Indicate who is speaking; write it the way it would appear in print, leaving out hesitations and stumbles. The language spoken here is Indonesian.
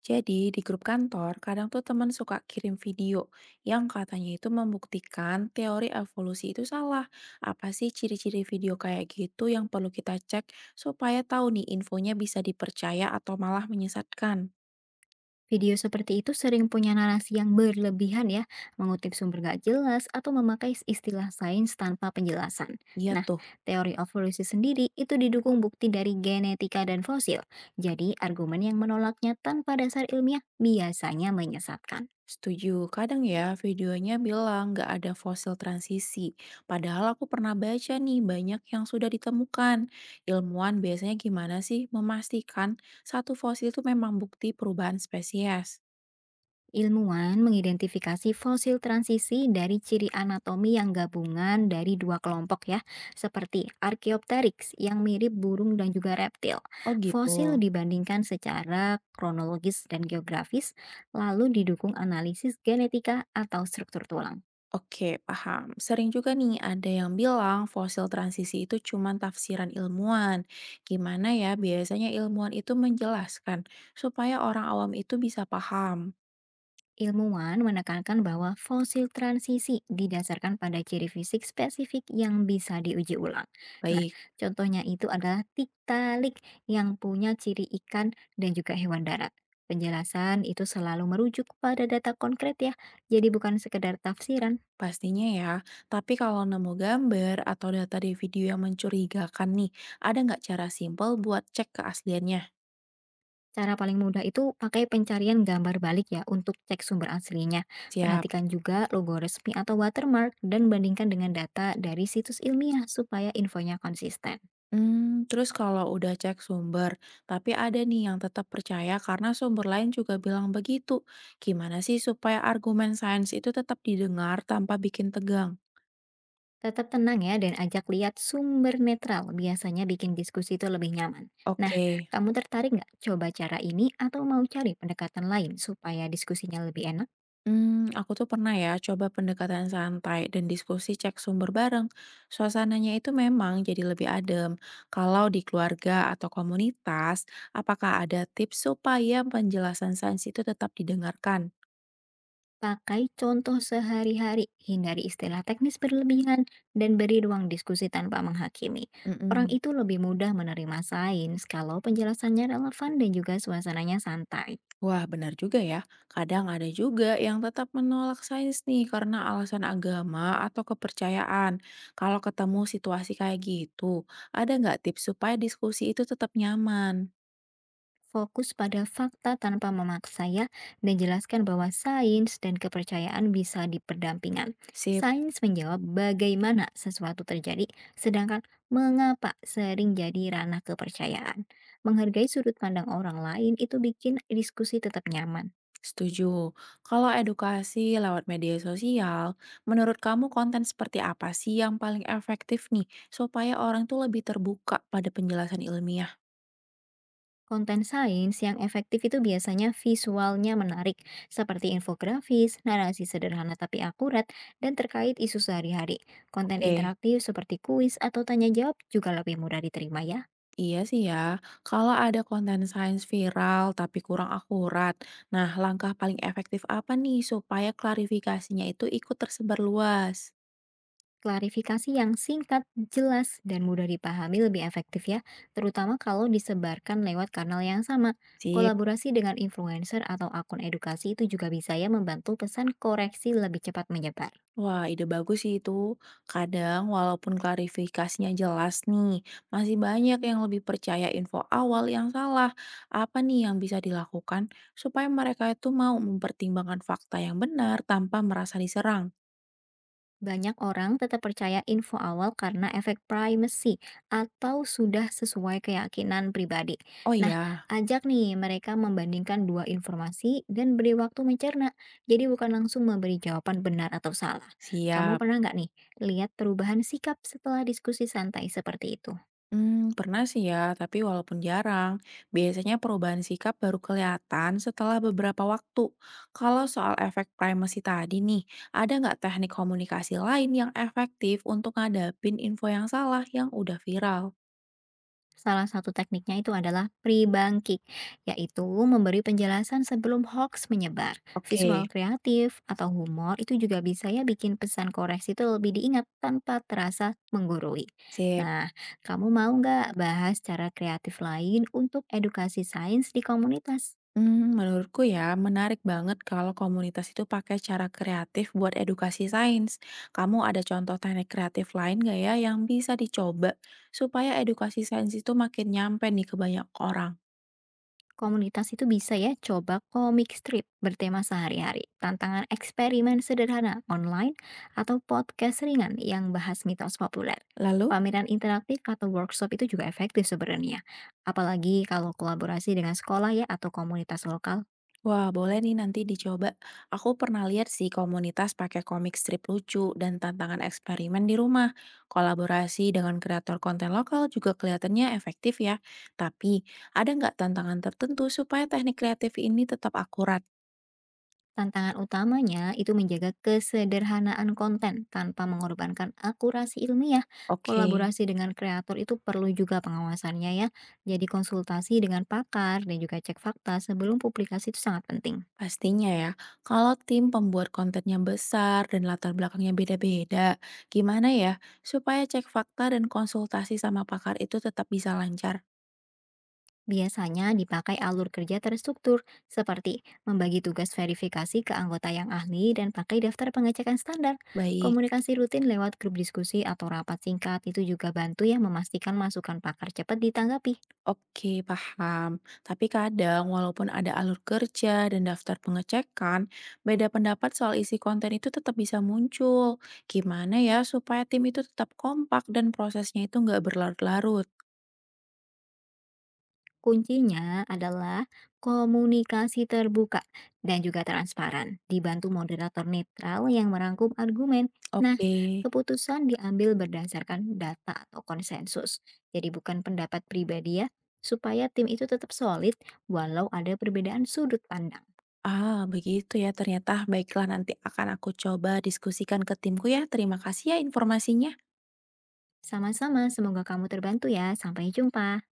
Speaker 1: Jadi di grup kantor, kadang tuh teman suka kirim video yang katanya itu membuktikan teori evolusi itu salah. Apa sih ciri-ciri video kayak gitu yang perlu kita cek supaya tahu nih infonya bisa dipercaya atau malah menyesatkan?
Speaker 2: Video seperti itu sering punya narasi yang berlebihan ya, mengutip sumber gak jelas atau memakai istilah sains tanpa penjelasan.
Speaker 1: Iya
Speaker 2: Nah,
Speaker 1: tuh,
Speaker 2: teori evolusi sendiri itu didukung bukti dari genetika dan fosil. Jadi, argumen yang menolaknya tanpa dasar ilmiah biasanya menyesatkan.
Speaker 1: setuju. Kadang ya videonya bilang nggak ada fosil transisi. Padahal aku pernah baca nih banyak yang sudah ditemukan. Ilmuwan biasanya gimana sih memastikan satu fosil itu memang bukti perubahan spesies?
Speaker 2: Ilmuwan mengidentifikasi fosil transisi dari ciri anatomi yang gabungan dari dua kelompok ya, seperti Archaeopteryx yang mirip burung dan juga reptil.
Speaker 1: Oh gitu.
Speaker 2: Fosil dibandingkan secara kronologis dan geografis, lalu didukung analisis genetika atau struktur tulang.
Speaker 1: Oke, paham. Sering juga nih ada yang bilang fosil transisi itu cuma tafsiran ilmuwan. Gimana ya biasanya ilmuwan itu menjelaskan supaya orang awam itu bisa paham?
Speaker 2: Ilmuwan menekankan bahwa fosil transisi didasarkan pada ciri fisik spesifik yang bisa diuji ulang. Nah,
Speaker 1: Baik,
Speaker 2: contohnya itu adalah tiktalik yang punya ciri ikan dan juga hewan darat. Penjelasan itu selalu merujuk pada data konkret ya, jadi bukan sekedar tafsiran.
Speaker 1: pastinya ya. Tapi kalau nemu gambar atau data di video yang mencurigakan nih, ada nggak cara simpel buat cek keasliannya?
Speaker 2: Cara paling mudah itu pakai pencarian gambar balik ya untuk cek sumber aslinya.
Speaker 1: Siap.
Speaker 2: Perhatikan juga logo resmi atau watermark dan bandingkan dengan data dari situs ilmiah supaya infonya konsisten.
Speaker 1: Terus kalau udah cek sumber, tapi ada nih yang tetap percaya karena sumber lain juga bilang begitu. Gimana sih supaya argumen sains itu tetap didengar tanpa bikin tegang?
Speaker 2: Tetap tenang ya dan ajak lihat sumber netral, biasanya bikin diskusi itu lebih nyaman. Nah,
Speaker 1: Oke,
Speaker 2: kamu tertarik nggak coba cara ini atau mau cari pendekatan lain supaya diskusinya lebih enak?
Speaker 1: aku tuh pernah ya coba pendekatan santai dan diskusi cek sumber bareng. Suasananya itu memang jadi lebih adem. Kalau di keluarga atau komunitas, apakah ada tips supaya penjelasan sains itu tetap didengarkan?
Speaker 2: Pakai contoh sehari-hari, hindari istilah teknis berlebihan, dan beri ruang diskusi tanpa menghakimi. Orang
Speaker 1: Mhm.
Speaker 2: itu lebih mudah menerima sains kalau penjelasannya relevan dan juga suasananya santai.
Speaker 1: Wah, benar juga ya. Kadang ada juga yang tetap menolak sains nih karena alasan agama atau kepercayaan. Kalau ketemu situasi kayak gitu, ada nggak tips supaya diskusi itu tetap nyaman?
Speaker 2: Fokus pada fakta tanpa memaksa ya, dan jelaskan bahwa sains dan kepercayaan bisa diperdampingan.
Speaker 1: Sip,
Speaker 2: Sains menjawab bagaimana sesuatu terjadi, sedangkan mengapa sering jadi ranah kepercayaan. Menghargai sudut pandang orang lain itu bikin diskusi tetap nyaman.
Speaker 1: setuju. Kalau edukasi lewat media sosial, menurut kamu konten seperti apa sih yang paling efektif nih supaya orang tuh lebih terbuka pada penjelasan ilmiah?
Speaker 2: Konten sains yang efektif itu biasanya visualnya menarik, seperti infografis, narasi sederhana tapi akurat, dan terkait isu sehari-hari. Konten
Speaker 1: Oke.
Speaker 2: interaktif seperti kuis atau tanya jawab juga lebih mudah diterima ya.
Speaker 1: Iya sih ya, kalau ada konten sains viral tapi kurang akurat, nah langkah paling efektif apa nih supaya klarifikasinya itu ikut tersebar luas?
Speaker 2: Klarifikasi yang singkat, jelas, dan mudah dipahami lebih efektif ya, terutama kalau disebarkan lewat kanal yang sama.
Speaker 1: Sip.
Speaker 2: Kolaborasi dengan influencer atau akun edukasi itu juga bisa ya membantu pesan koreksi lebih cepat menyebar.
Speaker 1: Wah, ide bagus sih itu. Kadang walaupun klarifikasinya jelas nih, masih banyak yang lebih percaya info awal yang salah. Apa nih yang bisa dilakukan supaya mereka itu mau mempertimbangkan fakta yang benar tanpa merasa diserang?
Speaker 2: Banyak orang tetap percaya info awal karena efek primacy atau sudah sesuai keyakinan pribadi.
Speaker 1: Oh
Speaker 2: Nah,
Speaker 1: ya,
Speaker 2: ajak nih mereka membandingkan dua informasi dan beri waktu mencerna. Jadi bukan langsung memberi jawaban benar atau salah. Kamu
Speaker 1: siap.
Speaker 2: pernah nggak nih lihat perubahan sikap setelah diskusi santai seperti itu?
Speaker 1: Pernah sih ya, tapi walaupun jarang, biasanya perubahan sikap baru kelihatan setelah beberapa waktu. Kalau soal efek primacy tadi nih, ada nggak teknik komunikasi lain yang efektif untuk ngadapin info yang salah yang udah viral?
Speaker 2: Salah satu tekniknya itu adalah pre bank kick, yaitu memberi penjelasan sebelum hoax menyebar.
Speaker 1: Oke,
Speaker 2: Visual kreatif atau humor itu juga bisa ya bikin pesan koreksi itu lebih diingat tanpa terasa menggurui.
Speaker 1: sip.
Speaker 2: Nah, kamu mau nggak bahas cara kreatif lain untuk edukasi sains di komunitas?
Speaker 1: Menurutku ya, menarik banget kalau komunitas itu pakai cara kreatif buat edukasi sains. Kamu ada contoh teknik kreatif lain nggak ya yang bisa dicoba supaya edukasi sains itu makin nyampe nih ke banyak orang?
Speaker 2: Komunitas itu bisa ya coba komik strip bertema sehari-hari, tantangan eksperimen sederhana online, atau podcast ringan yang bahas mitos populer.
Speaker 1: Lalu?
Speaker 2: Pameran interaktif atau workshop itu juga efektif sebenarnya. Apalagi kalau kolaborasi dengan sekolah ya atau komunitas lokal.
Speaker 1: Wah, boleh nih nanti dicoba. Aku pernah lihat sih komunitas pakai komik strip lucu dan tantangan eksperimen di rumah. Kolaborasi dengan kreator konten lokal juga kelihatannya efektif ya. Tapi, ada nggak tantangan tertentu supaya teknik kreatif ini tetap akurat?
Speaker 2: Tantangan utamanya itu menjaga kesederhanaan konten tanpa mengorbankan akurasi ilmiah.
Speaker 1: Oke,
Speaker 2: Kolaborasi dengan kreator itu perlu juga pengawasannya ya. Jadi konsultasi dengan pakar dan juga cek fakta sebelum publikasi itu sangat penting.
Speaker 1: pastinya ya. Kalau tim pembuat kontennya besar dan latar belakangnya beda-beda, gimana ya supaya cek fakta dan konsultasi sama pakar itu tetap bisa lancar?
Speaker 2: Biasanya dipakai alur kerja terstruktur seperti membagi tugas verifikasi ke anggota yang ahli dan pakai daftar pengecekan standar.
Speaker 1: Baik.
Speaker 2: Komunikasi rutin lewat grup diskusi atau rapat singkat itu juga bantu ya memastikan masukan pakar cepat ditanggapi.
Speaker 1: Oke, paham. Tapi kadang, walaupun ada alur kerja dan daftar pengecekan, beda pendapat soal isi konten itu tetap bisa muncul. Gimana ya supaya tim itu tetap kompak dan prosesnya itu nggak berlarut-larut?
Speaker 2: Kuncinya adalah komunikasi terbuka dan juga transparan, dibantu moderator netral yang merangkum argumen. Nah,
Speaker 1: Oke.
Speaker 2: keputusan diambil berdasarkan data atau konsensus, jadi bukan pendapat pribadi ya, supaya tim itu tetap solid walau ada perbedaan sudut pandang.
Speaker 1: Ah, begitu ya ternyata. Baiklah, nanti akan aku coba diskusikan ke timku ya. Terima kasih ya informasinya.
Speaker 2: Sama-sama, semoga kamu terbantu ya. Sampai jumpa.